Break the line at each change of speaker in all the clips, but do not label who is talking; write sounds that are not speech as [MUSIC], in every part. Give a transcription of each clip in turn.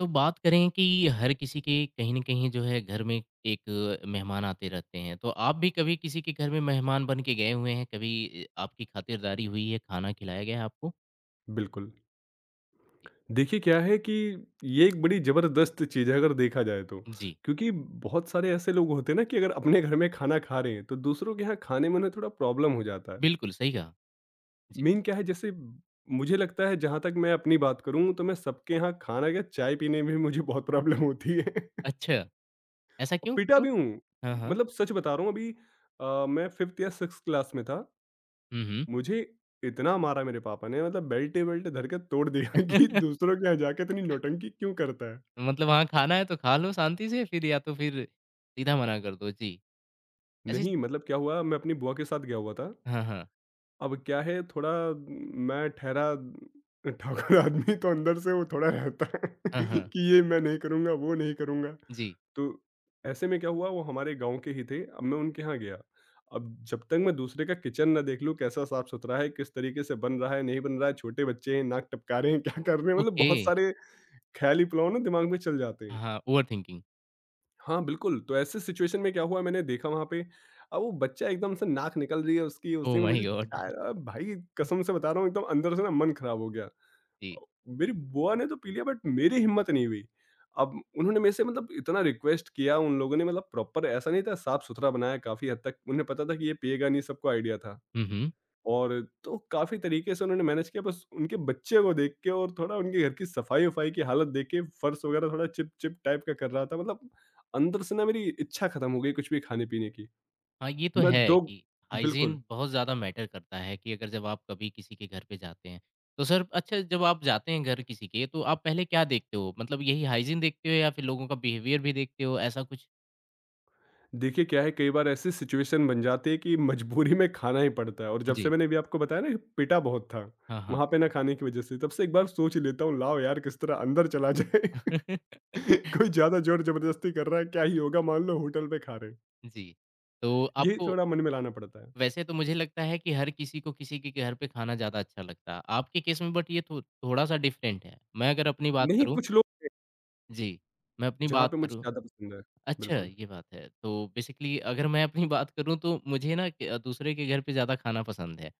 तो बात करें कि हर किसी के कहीं न कहीं जो है घर में एक मेहमान आते रहते हैं, तो आप भी कभी किसी के घर में मेहमान बन के गए हुए हैं? कभी आपकी खातिरदारी हुई है, खाना खिलाया गया है आपको?
बिल्कुल।
जी,
देखिए क्या है कि ये एक बड़ी ज़बरदस्त चीज़ है अगर देखा जाए तो।
जी,
क्योंकि बहुत सारे ऐसे लोग होते हैं ना कि अगर अपने घर में खाना खा रहे हैं तो दूसरों के यहाँ खाने में उन्हें थोड़ा प्रॉब्लम हो जाता है।
बिल्कुल सही कहा। जी,
मेन क्या है, जैसे मुझे लगता है, जहाँ तक मैं अपनी बात करूँ तो मैं सबके यहाँ खाना क्या, चाय पीने में भी मुझे बहुत प्रॉब्लम होती है। [LAUGHS]
अच्छा, ऐसा
और
क्यों
पीटा
क्यों?
भी हूँ।
हाँ, हाँ।
मतलब सच बता रहा हूँ, अभी मैं 5th या 6th क्लास में था।
हुँ, हुँ।
मुझे इतना मारा मेरे पापा ने, मतलब बेल्टे-वेल्टे धर के तोड़ दिया [LAUGHS] कि
[LAUGHS]
दूसरों के यहाँ जाके इतनी नौटंकी क्यों करता है?
मतलब वहाँ खाना है तो खा लो शांति से फिर या तो फिर सीधा मना कर दो। जी, ऐसी स
नहीं, मतलब क्या हुआ, मैं अपनी बुआ के साथ गया हुआ था।
हाँ, हाँ।
अब क्या है, थोड़ा मैं ठहरा ठाकुर आदमी तो अंदर से वो थोड़ा रहता है
हाँ,
[LAUGHS]
हाँ।
कि ये मैं नहीं करूँगा, वो नहीं करूँगा।
जी,
तो ऐसे में क्या हुआ, वो हमारे गाँव के ही थे, अब मैं उनके यहाँ गया। अब जब तक मैं दूसरे का किचन ना देख लूँ कैसा साफ-सुथरा है, किस तरीके से बन रहा है, नहीं बन रहा है, छोटे बच्चे हैं, नाक टपका रहे हैं, क्या कर रहे हैं, मतलब
ओके।
बहुत सारे ख़्याली पुलाव ना दिमाग में चल जाते हैं।
हाँ, ओवरथिंकिंग।
हाँ, बिल्कुल, तो ऐसे सिचुएशन में क्या हुआ, मैंने देखा वहाँ पे अब वो बच्चा, एकदम से नाक निकल रही है उसकी,
ओह
उसी में
माय
मुझे
गॉड! [LAUGHS]
भाई कसम से बता रहा हूँ, एकदम अंदर से ना मन ख़राब हो गया।
जी।
अ, मेरी बुआ ने तो पी लिया बट मेरी हिम्मत नहीं हुई। अब उन्होंने मेरे से, मतलब इतना रिक्वेस्ट किया उन लोगों ने, मतलब प्रॉपर ऐसा नहीं था, साफ-सुथरा बनाया काफ़ी हद तक, उन्हें पता था कि ये पिएगा नहीं, सबको आइडिया था।
हुँ, हुँ।
और तो काफ़ी तरीके से उन्होंने मैनेज किया, बस उनके बच्चे को देख के और थोड़ा उनके घर की सफाई-वफाई की हालत देख के फ़र्श वगैरह थोड़ा चिप-चिप टाइप का कर रहा था। मतलब अंदर से ना मेरी इच्छा खत्म हो गई कुछ भी खाने-पीने की।
हाँ, ये तो
मैं
है
2
कि
बिल्कुल।
हाइजीन बहुत ज़्यादा मैटर करता है कि अगर जब आप कभी किसी के घर पे जाते हैं, तो सर अच्छा जब आप जाते हैं घर किसी के तो आप पहले क्या देखते हो? मतलब यही हाइजीन देखते हो या फिर लोगों का बिहेवियर भी देखते हो ऐसा कुछ?
देखिए क्या है, कई बार ऐसी सिचुएशन बन जाती है कि मजबूरी में खाना ही पड़ता है, और जब
जी।
से मैंने अभी आपको बताया ना कि पिटा बहुत था,
हाँ, हाँ।
वहाँ पे ना खाने की वजह से, तब से एक बार सोच लेता हूँ, लाओ यार किस तरह अंदर चला जाए।
[LAUGHS]
[LAUGHS] कोई ज़्यादा ज़ोर-ज़बरदस्ती कर रहा है, क्या ही होगा, मान लो होटल पे खा रहे हैं।
जी, तो
यही
आपको
थोड़ा मन में लाना पड़ता है।
वैसे तो मुझे लगता है कि हर किसी को किसी के घर पे खाना ज़्यादा अच्छा लगता है। आपके केस में बट ये थो थोड़ा-सा डिफरेंट है। मैं अगर अपनी बात
नहीं,
करूँ।
कुछ लोग
जी, मैं अपनी
जहाँ
बात
पे मुझे
करूँ।
ज़्यादा पसंद है।
अच्छा,
बिल्कुल,
ये बात है। तो बेसिकली अगर मैं अपनी बात करूँ तो मुझे ना क दूसरे के घर पे ज़्यादा खाना पसंद है,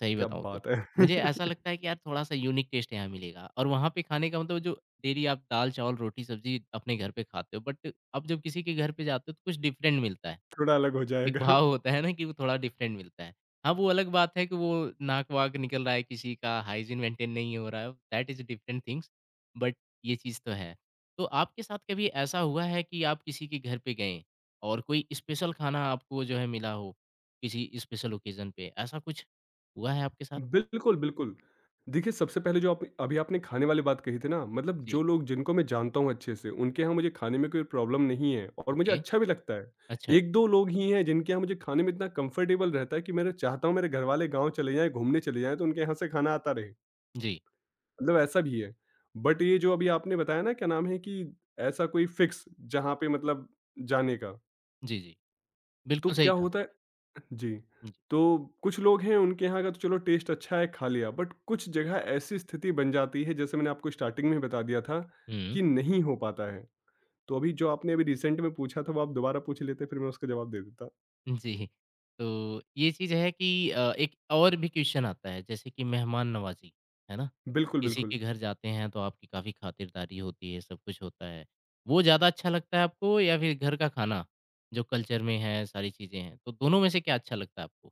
सही
क्या
बताऊँ तो।
बात है!
मुझे ऐसा लगता
[LAUGHS]
है कि यार थोड़ा-सा यूनिक टेस्ट यहाँ मिलेगा और वहाँ पे खाने का मतलब जो डेली आप दाल, चावल, रोटी, सब्ज़ी अपने घर पे खाते हो बट आप जब किसी के घर पे जाते हो तो कुछ डिफरेंट मिलता है।
थोड़ा अलग हो
एक
जाएगा।
भाव होता है ना कि वो थोड़ा डिफरेंट मिलता है। हाँ, वो अलग बात है कि वो नाक-वाक निकल रहा है किसी का, हाइजीन मेंटेन नहीं हो रहा है, that is different things, but ये चीज़ तो है। तो आपके साथ कभी ऐसा हुआ है कि आप किसी के घर पे गए और कोई स्पेशल खाना आपको जो है मिला हो, किसी स्पेशल ओकेज़न पे, ऐसा कुछ हुआ है आपके साथ?
बिल्कुल, बिल्कुल। देखिए, सबसे पहले जो आप अभी आपने खाने वाली बात कही थी ना, मतलब
जी,
जो लोग जिनको मैं जानता हूँ अच्छे से, उनके यहाँ मुझे खाने में कोई प्रॉब्लम नहीं है और मुझे
ओके,
अच्छा भी लगता है।
अच्छा।
1-2 लोग ही हैं जिनके यहाँ मुझे खाने में इतना कंफर्टेबल रहता है कि मेरा चाहता हूँ मेरे घरवाले गाँव चले जाएँ, घूमने चले जाएँ, तो उनके यहाँ से खाना आता रहे,
जी,
मतलब ऐसा भी है। बट ये जो अभी आपने बताया ना, क्या नाम है कि ऐसा कोई फिक्स जहाँ पे मतलब जाने का,
जी, जी।
तो
बिल्कुल सही
क्या
कहा।
होता है, जी, तो कुछ लोग हैं उनके यहाँ का तो चलो टेस्ट अच्छा है, खा लिया, बट कुछ जगह ऐसी स्थिति बन जाती है जैसे मैंने आपको स्टार्टिंग में बता दिया था
हुँ।
कि नहीं हो पाता है। तो अभी जो आपने अभी रिसेंट में पूछा था, वो आप दोबारा पूछ लेते फिर मैं उसका जवाब दे देता।
जी। तो ये चीज़ है कि एक और भी क्वेश्चन आता है जैसे कि मेहमान नवाज़ी, है ना?
बिल्कुल,
किसी
बिल्कुल।
के घर जाते हैं तो आपकी काफ़ी खातिरदारी होती है, सब कुछ होता है। वो ज़्यादा अच्छा लगता है आपको या फिर घर का खाना, जो कल्चर में है, सारी चीज़ें हैं? तो दोनों में से क्या अच्छा लगता है आपको?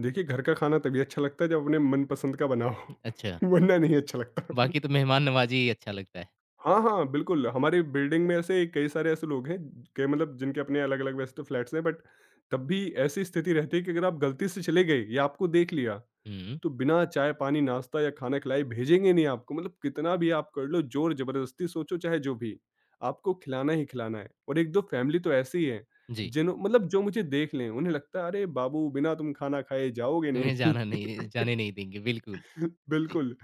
देखिए घर का खाना तभी अच्छा लगता है जब अपने मनपसंद का बना
अच्छा,
हो [LAUGHS] वरना नहीं अच्छा लगता।
बाकी तो मेहमान नवाज़ी ही अच्छा लगता है।
हाँ, हाँ, बिल्कुल, हमारी बिल्डिंग में ऐसे कई सारे ऐसे लोग हैं के, मतलब जिनके अपने अलग-अलग वैसे तो फ्लैट्स हैं, बट तब भी ऐसी स्थिति रहती है कि अगर आप गलती से चले गए या आपको देख लिया,
हुँ,
तो बिना चाय-पानी, नाश्ता या खाना खिलाए भेजेंगे नहीं आपको, मतलब कितना भी आप कर लो ज़ोर ज़बरदस्ती, सोचो चाहे जो भी, आपको खिलाना ही खिलाना है। और 1-2 फैमिली तो ऐसी है,
जी।
जिन्हों, मतलब जो मुझे देख लें, उन्हें लगता है अरे बाबू बिना तुम खाना खाए जाओगे
तुम्हें
नहीं।
जाना नहीं जाने नहीं देंगे, बिल्कुल। जी।
बिल्कुल,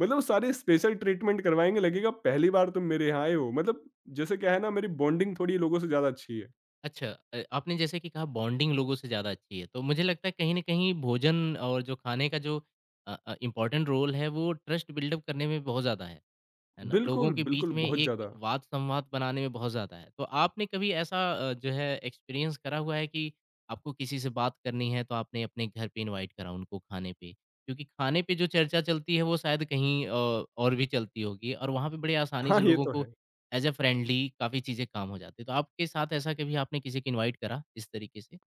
मतलब सारे स्पेशल ट्रीटमेंट करवाएँगे, लगेगा पहली बार तुम मेरे यहाँ आए हो, मतलब जैसे क्या है ना, मेरी बॉन्डिंग थोड़ी लोगों से ज़्यादा अच्छी है।
अच्छा आपने जैसे कि कहा बॉन्डिंग लोगों से ज़्यादा अच्छी है, तो मुझे लगता है कहीं न कहीं भोजन और जो खाने का जो इम्पोर्टेंट रोल है वो ट्रस्ट बिल्डअप करने में बहुत ज़्यादा है। है ना? लोगों
बिल्कुल,
के
बिल्कुल,
बीच में
बहुत
एक
ज़्यादा।
वाद-संवाद बनाने में बहुत ज़्यादा है। तो आपने कभी ऐसा जो है एक्सपीरियंस करा हुआ है कि आपको किसी से बात करनी है तो आपने अपने घर पे इनवाइट करा उनको खाने पे? क्योंकि खाने पे जो चर्चा चलती है वो शायद कहीं और भी चलती होगी और वहाँ पे बड़ी आसानी
हाँ,
से
ये
लोगों
तो
को
है।
एज़ अ फ्रेंडली काफ़ी चीज़ें काम हो जाती है। तो आपके साथ ऐसा कभी आपने किसी को इनवाइट करा इस तरीके से?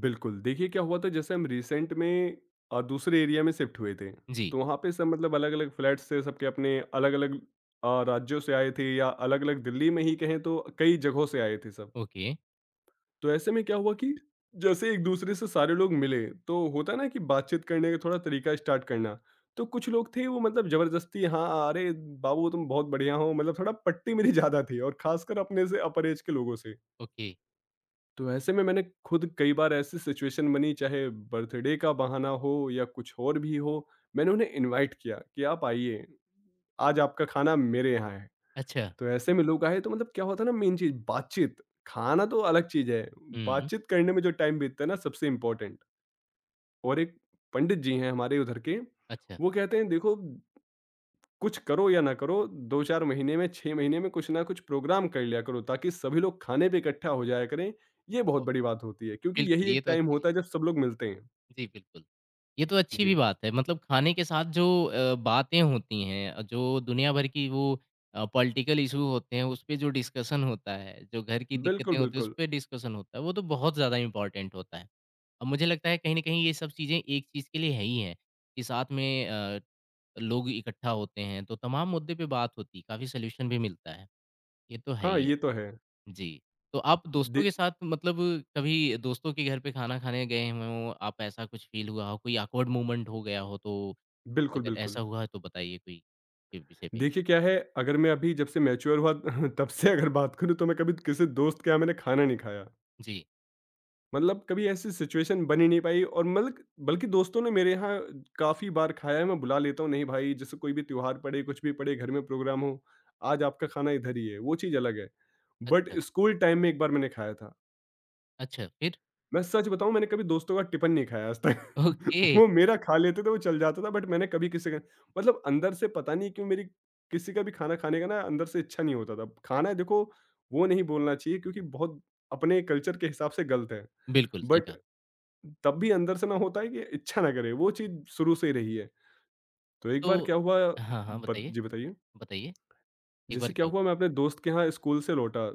बिल्कुल, देखिए क्या हुआ था, जैसे हम रिसेंट में दूसरे एरिया में शिफ्ट हुए थे,
जी।
तो वहाँ पे सब, मतलब अलग-अलग फ्लैट्स थे, सबके अपने अलग-अलग राज्यों से आए थे या अलग-अलग दिल्ली में ही कहें तो कई जगहों से आए थे सब।
ओके,
तो ऐसे में क्या हुआ कि जैसे एक दूसरे से सारे लोग मिले तो होता है ना कि बातचीत करने का थोड़ा तरीका स्टार्ट करना, तो कुछ लोग थे वो मतलब जबरदस्ती, हाँ अरे बाबू तुम बहुत बढ़िया हो, मतलब थोड़ा पट्टी मेरी [LAUGHS] ज्यादा थी और खासकर अपने से अपर एज के लोगों से।
ओके।
तो ऐसे में मैंने खुद कई बार ऐसी सिचुएशन बनी, चाहे बर्थडे का बहाना हो या कुछ और भी हो, मैंने उन्हें इनवाइट किया कि आप आइए, आज आपका खाना मेरे यहाँ है,
अच्छा।
तो ऐसे में लोग आए तो मतलब क्या होता है ना, मेन चीज़ बातचीत। खाना तो अलग चीज़ है,
हुँ,
बातचीत करने में जो टाइम बीतता है ना, सबसे इम्पोर्टेंट। और एक पंडित जी हैं हमारे उधर के,
अच्छा।
वो कहते हैं देखो, कुछ करो या ना करो, 2-4 महीने में, 6 महीने में कुछ ना कुछ प्रोग्राम कर लिया करो ताकि सभी लोग खाने पे इकट्ठा हो जाया करें। ये बहुत
अ,
बड़ी बात होती है क्योंकि
बिल्कुल
यही
ये
एक
तो
टाइम
अच्छी चीज़
होता है जब
है।
सब लोग मिलते हैं।
जी, बिल्कुल। ये तो अच्छी भी
जी।
बात है। मतलब खाने के साथ जो बातें होती हैं जो दुनिया भर की वो पॉलिटिकल इश्यू होते हैं, उस पे जो डिस्कशन होता है, जो घर की
बिल्कुल,
दिक्कतें होती हैं, उस
बिल्कुल।
पे डिस्कशन होता है, वो तो बहुत ज़्यादा इम्पोर्टेंट होता है। और मुझे लगता है कहीं न कहीं ये सब चीज़ें एक चीज़ के लिए है ही हैं, कि साथ में लोग इकट्ठा होते हैं, तो तमाम मुद्दे पे बात होती है, काफ़ी सॉल्यूशन भी मिलता है। ये तो है
हाँ,
ही है।
ये तो है।
जी। तो आप दोस्तों के
दे
साथ मतलब कभी दोस्तों के घर पे खाना खाने गए हों, आप ऐसा कुछ फ़ील हुआ हो, कोई ऑकवर्ड मोमेंट हो गया हो तो, आप
बिल्कुल,
अगर ऐसा
बिल्कुल।
हुआ है तो बताइए कोई के विषय पे?
देखिए क्या है, अगर मैं अभी जब से मैच्योर हुआ [LAUGHS] तब से अगर बात करूँ तो मैं कभी किसी दोस्त के यहाँ मैंने खाना नहीं खाया।
जी।
मतलब कभी ऐसी सिचुएशन बन ही नहीं पाई, और मतलब बल्कि दोस्तों ने मेरे यहाँ काफ़ी बार खाया है, मैं बुला लेता हूँ, नहीं भाई जैसे कोई भी त्योहार पड़े, कुछ भी पड़े, घर में प्रोग्राम हो, आज आपका खाना इधर ही है, वो चीज़ अलग है। बट
अच्छा,
स्कूल टाइम में एक बार मैंने खाया था।
अच्छा फिर?
मैं सच बताऊँ, मैंने कभी दोस्तों का टिफ़िन नहीं खाया आज
ओके,
तक। [LAUGHS] वो मेरा खा लेते थे, वो चल जाता था, बट मैंने कभी किसी का, मतलब अंदर से पता नहीं क्यों, मेरी किसी का भी खाना खाने का ना अंदर से इच्छा नहीं होता था। खाना देखो, वो नहीं बोलना चाहिए क्योंकि बहुत अपने कल्चर के हिसाब से गलत है।
बिल्कुल सही
बट
कहा।
तब भी अंदर से ना होता है कि इच्छा ना करे, वो चीज़ शुरू से ही रही है। तो एक बार
तो
क्या हुआ,
हाँ, हाँ,
बत
बताइए,
जी बताइए?
बताइए एक
जैसे
बार
क्या
क्या हुआ?
हुआ, मैं अपने दोस्त के यहाँ स्कूल से लौटा,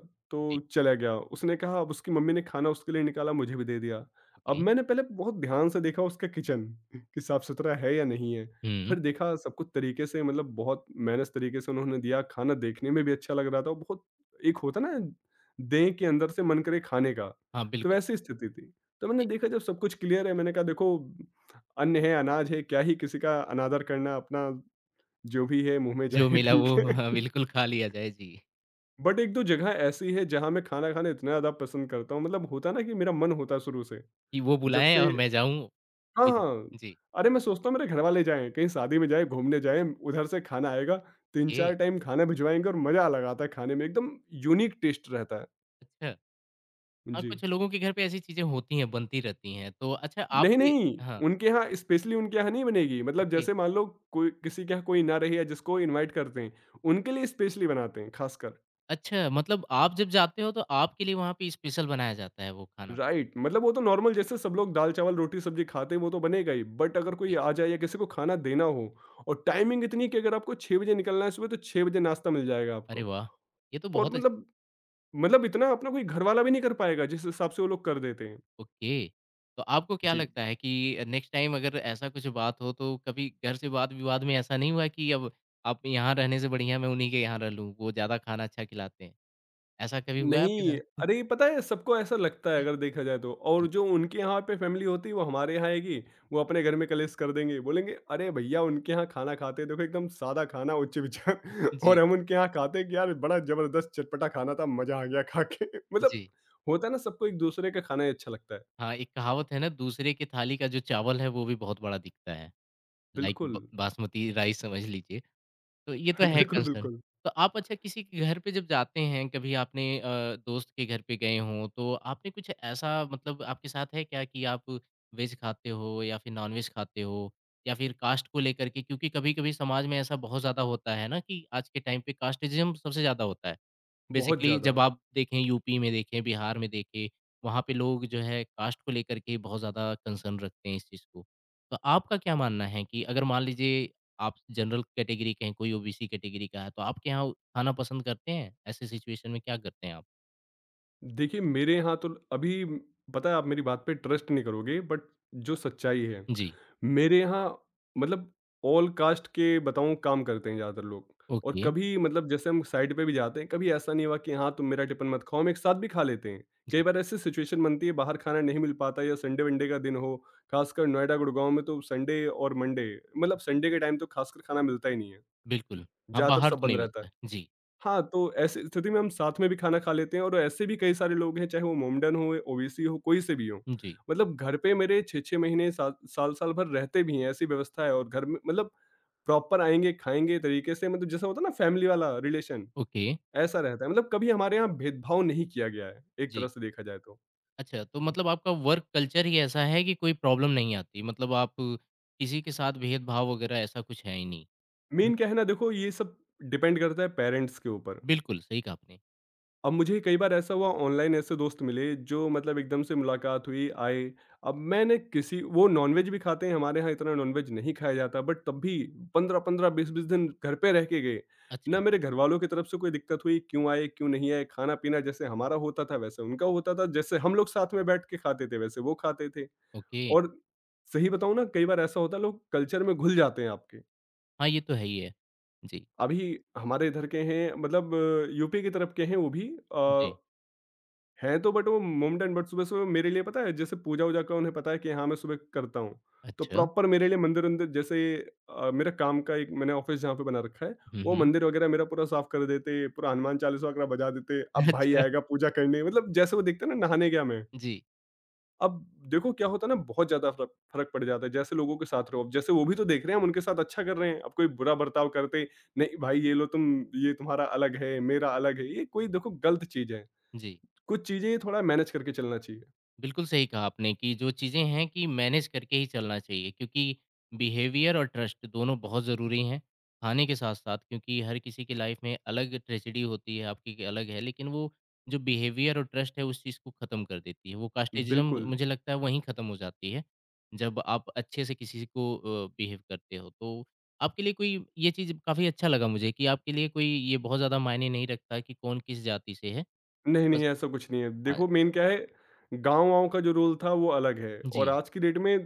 जी,
तो चला गया। उसने कहा, अब उसकी मम्मी ने खाना उसके लिए निकाला, मुझे भी दे दिया। अब
ओके।
मैंने पहले बहुत ध्यान से देखा उसका किचन [LAUGHS] कि साफ-सुथरा है या नहीं है।
हुँ।
फिर देखा सब कुछ तरीके से, मतलब बहुत मेहनत तरीके से उन्होंने दिया, खाना देखने में भी अच्छा लग रहा था और बहुत, एक होता ना देह के अंदर से मन करे खाने का,
हाँ,
तो
बिल्कुल,
वैसी स्थिति थी। तो मैंने
जी।
देखा जब सब कुछ क्लियर है, मैंने कहा देखो, अन्न है, अनाज है, क्या ही किसी का अनादर करना, अपना जो भी है मुँह में
जो
जाए
मिला
ठीक
वो हाँ,
है।
बिल्कुल खा लिया जाए, जी।
बट एक दो जगह ऐसी है जहाँ मैं खाना खाना इतना ज़्यादा पसंद करता हूँ, मतलब होता ना कि मेरा मन होता है शुरू से,
कि वो
जब
बुलाएँ
से,
और मैं जाऊँ,
हाँ
कोई
हाँ,
दिक्कत जी,
अरे मैं सोचता हूँ मेरे घर वाले जाएं, कहीं शादी में जाएं, घूमने जाएं, उधर से खाना आएगा, तीन
ए
चार टाइम खाना भिजवाएंगे और मज़ा अलग आता है खाने में, एकदम यूनिक टेस्ट रहता है।
अच्छा। हाँ,
जी,
कुछ लोगों के घर पे ऐसी चीज़ें होती हैं, बनती रहती हैं। तो अच्छा
नहीं
आपके
नहीं,
हाँ,
उनके यहाँ स्पेशली, उनके यहाँ नहीं बनेगी, मतलब
ओके।
जैसे मान लो कोई किसी के यहाँ कोई ना रही है जिसको इनवाइट करते हैं, उनके लिए स्पेशली बनाते हैं खासकर।
अच्छा मतलब आप जब जाते हो तो आपके लिए वहाँ पे स्पेशल बनाया जाता है वो खाना?
राइट, मतलब वो तो नॉर्मल जैसे सब लोग दाल चावल रोटी सब्जी खाते हैं वो तो बनेगा ही, बट अगर
ओके।
कोई आ जाए या किसी को खाना देना हो, और टाइमिंग इतनी कि अगर आपको 6 बजे निकलना है सुबह, तो 6 बजे नाश्ता मिल जाएगा
अरे
आपको,
वाह! ये तो
और
बहुत अच्छी।
मतलब इतना अपना कोई घर वाला भी नहीं कर पाएगा जिस हिसाब से वो लोग कर देते हैं।
ओके। तो आपको क्या
जी
लगता है कि नेक्स्ट टाइम अगर ऐसा कुछ बात हो तो कभी घर से वाद-विवाद में ऐसा नहीं हुआ कि अब आप यहाँ रहने से बढ़िया मैं उन्हीं के यहाँ रह लूँ, वो ज़्यादा खाना अच्छा खिलाते हैं। ऐसा कभी हुआ है आपके
नहीं,
साथ? [LAUGHS]
अरे पता है सबको ऐसा लगता है अगर देखा जाए तो, और
जी,
जो उनके यहाँ पे फैमिली होती है वो हमारे यहाँ आएगी, वो अपने घर में कलेश कर देंगे, बोलेंगे अरे भैया उनके यहाँ खाना खाते देखो एकदम सादा खाना, उच्च विचार, [LAUGHS]
जी,
और हम उनके यहाँ खाते हैं कि यार बड़ा ज़बरदस्त चटपटा खाना था, मज़ा आ गया खा के [LAUGHS] मतलब
जी।
होता है ना सबको एक-दूसरे का खाना ही अच्छा लगता है।
हाँ, एक कहावत है ना दूसरे की थाली का जो चावल है वो भी बहुत बड़ा दिखता है। लाइक ब
बिल्कुल,
बासमती राइस समझ लीजिए, तो ये तो
[LAUGHS]
है
बिल्कुल,
कंसर्न।
बिल्कुल,
तो आप अच्छा किसी के घर पे जब जाते हैं, कभी आपने दोस्त के घर पे गए हों, तो आपने कुछ ऐसा मतलब आपके साथ है क्या कि आप वेज खाते हो या फिर नॉन-वेज खाते हो या फिर कास्ट को लेकर के क्योंकि कभी-कभी समाज में ऐसा बहुत ज़्यादा होता है ना कि आज के टाइम पे कास्टिज़्म सबसे ज़्यादा होता है।
बहुत
बेसिकली
ज़्यादा।
जब आप देखें यूपी में देखें, बिहार में देखें, वहाँ पे लोग जो है कास्ट को लेकर के बहुत ज़्यादा कंसर्न रखते हैं इस चीज़ को। तो आपका क्या मानना है कि अगर मान लीजिए आप जनरल कैटेगरी के हैं, कोई ओबीसी कैटेगरी का है, तो आपके यहाँ खाना पसंद करते हैं? ऐसे सिचुएशन में क्या करते हैं आप?
देखिए, मेरे यहाँ तो अभी पता है आप मेरी बात पे ट्रस्ट नहीं करोगे बट जो सच्चाई है,
जी,
मेरे यहाँ मतलब ऑल कास्ट के बताऊँ काम करते हैं ज़्यादातर लोग। और
ओके,
कभी मतलब जैसे हम साइट पे भी जाते हैं, कभी ऐसा नहीं हुआ कि हाँ, तुम मेरा टिफ़िन मत खाओ, हम एक साथ भी खा लेते हैं। कई
जी,
बार ऐसी सिचुएशन बनती है बाहर खाना नहीं मिल पाता या संडे-वनडे का दिन हो, खासकर नोएडा, गुड़गाँव में तो संडे और मंडे मतलब संडे के टाइम तो खासकर खाना मिलता ही नहीं है,
बिल्कुल। हाँ,
ज़्यादातर
बाहर
सब
तो
बंद
नहीं
रहता
मिलता
है।
है। जी,
हाँ, तो ऐसी स्थिति में हम साथ में भी खाना खा लेते हैं और ऐसे भी कई सारे लोग हैं, चाहे वो मोमडन हो, ओबीसी हो, कोई से भी हों।
जी,
मतलब घर पे मेरे 6-6 महीने, साल साल साल भर रहते भी हैं, ऐसी व्यवस्था है और घर में मतलब प्रॉपर आएँगे, खाएँगे तरीके से मतलब जैसा होता है ना फैमिली वाला रिलेशन,
ओके,
ऐसा रहता है। मतलब कभी हमारे यहाँ भेदभाव नहीं किया गया है, एक
जी।
तरह से देखा जाए तो।
अच्छा, तो मतलब आपका वर्क कल्चर ही ऐसा है कि कोई प्रॉब्लम नहीं आती, मतलब आप किसी के साथ भेदभाव वगैरह ऐसा कुछ है ही नहीं, है ना?
मेन क्या है ना देखो, ये सब डिपेंड करता है पेरेंट्स के ऊपर।
बिल्कुल, सही कहा आपने।
अब मुझे कई बार ऐसा हुआ ऑनलाइन ऐसे दोस्त मिले जो मतलब एकदम से मुलाकात हुई आए। अब मैंने किसी वो नॉनवेज भी खाते हैं, हमारे यहाँ इतना नॉनवेज नहीं खाया जाता बट तब भी 15-15 20-20 दिन घर पे रह के गए। ना
अच्छा,
मेरे घर वालों की तरफ से कोई दिक्कत हुई क्यों आए क्यों नहीं आए, खाना पीना जैसे हमारा होता था वैसे उनका होता था, जैसे हम लोग साथ में बैठ के खाते थे वैसे वो खाते थे।
ओके।
और सही बताऊं ना, कई बार ऐसा होता है, लोग कल्चर में घुल जाते हैं आपके।
हाँ, ये तो है ही है। जी,
अभी हमारे इधर के हैं मतलब यूपी की तरफ के हैं वो भी।
जी।
हैं तो बट वो मोमडन, बट सुबह-सुबह मेरे लिए पता है जैसे पूजा-वूजा का उन्हें पता है कि हाँ, मैं सुबह करता हूँ। तो
अच्छा।
प्रॉपर मेरे लिए मंदिर-वंदिर जैसे मेरा काम का एक मैंने ऑफ़िस जहाँ पे बना रखा है,
हुँ,
वो
हुँ।
मंदिर वगैरह मेरा पूरा साफ कर देते, पूरा हनुमान चालीसा वगैरह बजा देते,
[LAUGHS]
अब भाई
अच्छा,
आएगा पूजा करने मतलब जैसे वो देखते हैं ना नहाने गया मैं।
जी,
अब देखो क्या होता है ना, बहुत ज़्यादा फ़र्क फ़र्क पड़ जाता है, जैसे लोगों के साथ रहो, अब जैसे वो भी तो देख रहे हैं हम उनके साथ अच्छा कर रहे हैं, अब कोई बुरा बर्ताव करते, नहीं भाई ये लो तुम ये तुम्हारा अलग है, मेरा अलग है, ये कोई देखो गलत चीज़ है।
जी।
कुछ चीज़ें थोड़ा मैनेज करके चलना चाहिए।
बिल्कुल सही कहा आपने कि जो चीज़ें हैं कि मैनेज करके ही चलना चाहिए क्योंकि बिहेवियर और ट्रस्ट दोनों बहुत ज़रूरी हैं खाने के साथ साथ क्योंकि हर किसी की लाइफ में अलग ट्रेजेडी होती है आपकी की अलग है लेकिन वो जो बिहेवियर और ट्रस्ट है उस चीज़ को ख़त्म कर देती है वो कास्टेजिज्म
बिल्कुल,
मुझे लगता है वहीं ख़त्म हो जाती है जब आप अच्छे से किसी को बिहेव करते हो तो आपके लिए कोई ये चीज़ काफ़ी अच्छा लगा मुझे कि आपके लिए कोई ये बहुत ज़्यादा मायने नहीं रखता कि कौन किस जाति से है।
नहीं,
बस,
नहीं ऐसा कुछ नहीं है।
हाँ,
देखो मेन क्या है, गाँव-वाँव का जो रूल था वो अलग है और
जी,
आज की डेट में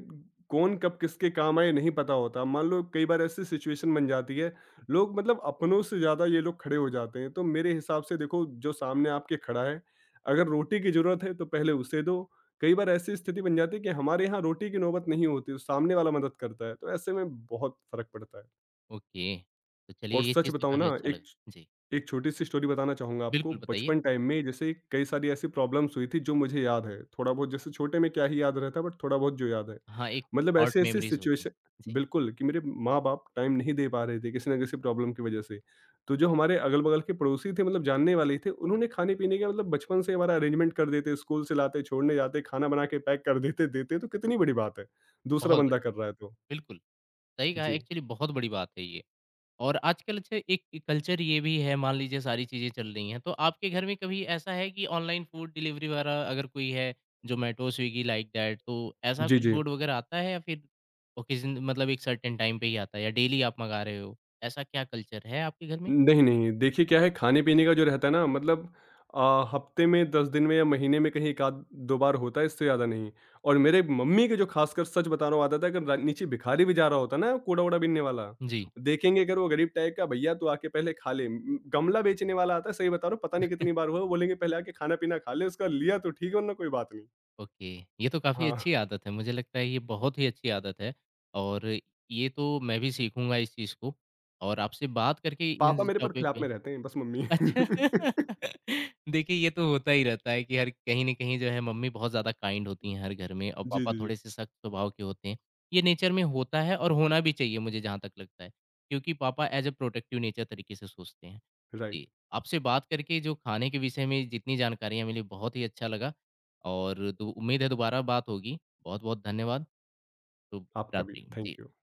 कौन कब किसके काम आए नहीं पता होता। मान लो कई बार ऐसी सिचुएशन बन जाती है, लोग मतलब अपनों से ज़्यादा ये लोग खड़े हो जाते हैं। तो मेरे हिसाब से देखो जो सामने आपके खड़ा है, अगर रोटी की ज़रूरत है तो पहले उसे दो। कई बार ऐसी स्थिति बन जाती है कि हमारे यहाँ रोटी की नौबत नहीं होती, सामने वाला मदद करता है। तो ऐसे में बहुत फ़र्क पड़ता है।
ओके, तो
और
चलिए ये
सच
चीज़ तो
बताऊँ
काफ़ी
ना,
अच्छा
एक
लगा। जी,
एक छोटी-सी स्टोरी बताना चाहूँगा आपको,
बिल्कुल बताइए।
बचपन टाइम में जैसे कई सारी ऐसी प्रॉब्लम्स हुई थी जो मुझे याद है, थोड़ा बहुत जैसे छोटे में क्या ही याद रहता है बट थोड़ा बहुत जो याद है।
हाँ, एक
मतलब
शॉर्ट
ऐसे-ऐसे
मेमोरीज़ होती हैं।
सिचुएशन
जी,
बिल्कुल कि मेरे माँ-बाप टाइम नहीं दे पा रहे थे किसी न किसी प्रॉब्लम की वजह से। तो जो हमारे अगल-बगल के पड़ोसी थे मतलब जानने वाले ही थे, उन्होंने खाने-पीने का मतलब बचपन से हमारा अरेंजमेंट कर देते, स्कूल से लाते, छोड़ने जाते, खाना बना के पैक कर देते, देते तो कितनी बड़ी बात है, दूसरा
बहुत
बंदा
बढ़िया,
कर रहा है तो।
बिल्कुल, सही कहा
जी।
एक्चुअली बहुत बड़ी बात है ये। और आजकल अच्छा एक कल्चर ये भी है मान लीजिए सारी चीज़ें चल रही हैं, तो आपके घर में कभी ऐसा है कि ऑनलाइन फूड डिलीवरी वगैरह अगर कोई है, ज़ोमैटो, स्विगी लाइक दैट तो ऐसा
जी,
कुछ
जी।
फूड वगैरह आता है या फिर ओकेज़न मतलब एक सर्टेन टाइम पे ही आता है या डेली आप मँगा रहे हो? ऐसा क्या कल्चर है आपके घर में?
नहीं, नहीं। देखिए क्या है खाने-पीने का जो रहता है ना मतलब हफ्ते में 10 दिन में या महीने में कहीं 1 आध 2 बार होता है, इससे ज़्यादा नहीं। और मेरे मम्मी की जो ख़ासकर सच बता रहा हूँ आदत है, अगर रा नीचे भिखारी भी जा रहा होता ना, कूड़ा-वूड़ा बीनने वाला,
जी।
देखेंगे अगर वो गरीब टाइप का भैया तो आके पहले खा ले। गमला बेचने वाला आता है सही बता रहा हूँ पता नहीं कितनी बार हुआ है, बोलेंगे पहले आके खाना-पीना खा ले, उसका लिया तो ठीक है वरना कोई बात नहीं।
ओके, ये तो काफ़ी
हाँ,
अच्छी आदत है। मुझे लगता है ये बहुत ही अच्छी आदत है और ये तो मैं भी सीखूँगा इस चीज़ को और आपसे बात करके
पापा
इन
मेरे पर
टॉपिक
खिलाफ
पे।
में रहते हैं बस मम्मी।
अच्छा।
[LAUGHS]
[LAUGHS] देखिए, ये तो होता ही रहता है कि हर कहीं न कहीं जो है मम्मी बहुत ज़्यादा काइंड होती हैं हर घर में और
जी,
पापा
जी, जी।
थोड़े-से सख्त स्वभाव के होते हैं। ये नेचर में होता है और होना भी चाहिए मुझे जहाँ तक लगता है, क्योंकि पापा एज़ अ प्रोटेक्टिव नेचर तरीके से सोचते हैं।
राइट,
जी, आपसे बात करके जो खाने के विषय में जितनी जानकारियाँ मिली बहुत ही अच्छा लगा और दु उम्मीद है दोबारा बात होगी। बहुत-बहुत धन्यवाद, शुभ
आपका भी।
रात्रि। जी।
Thank you.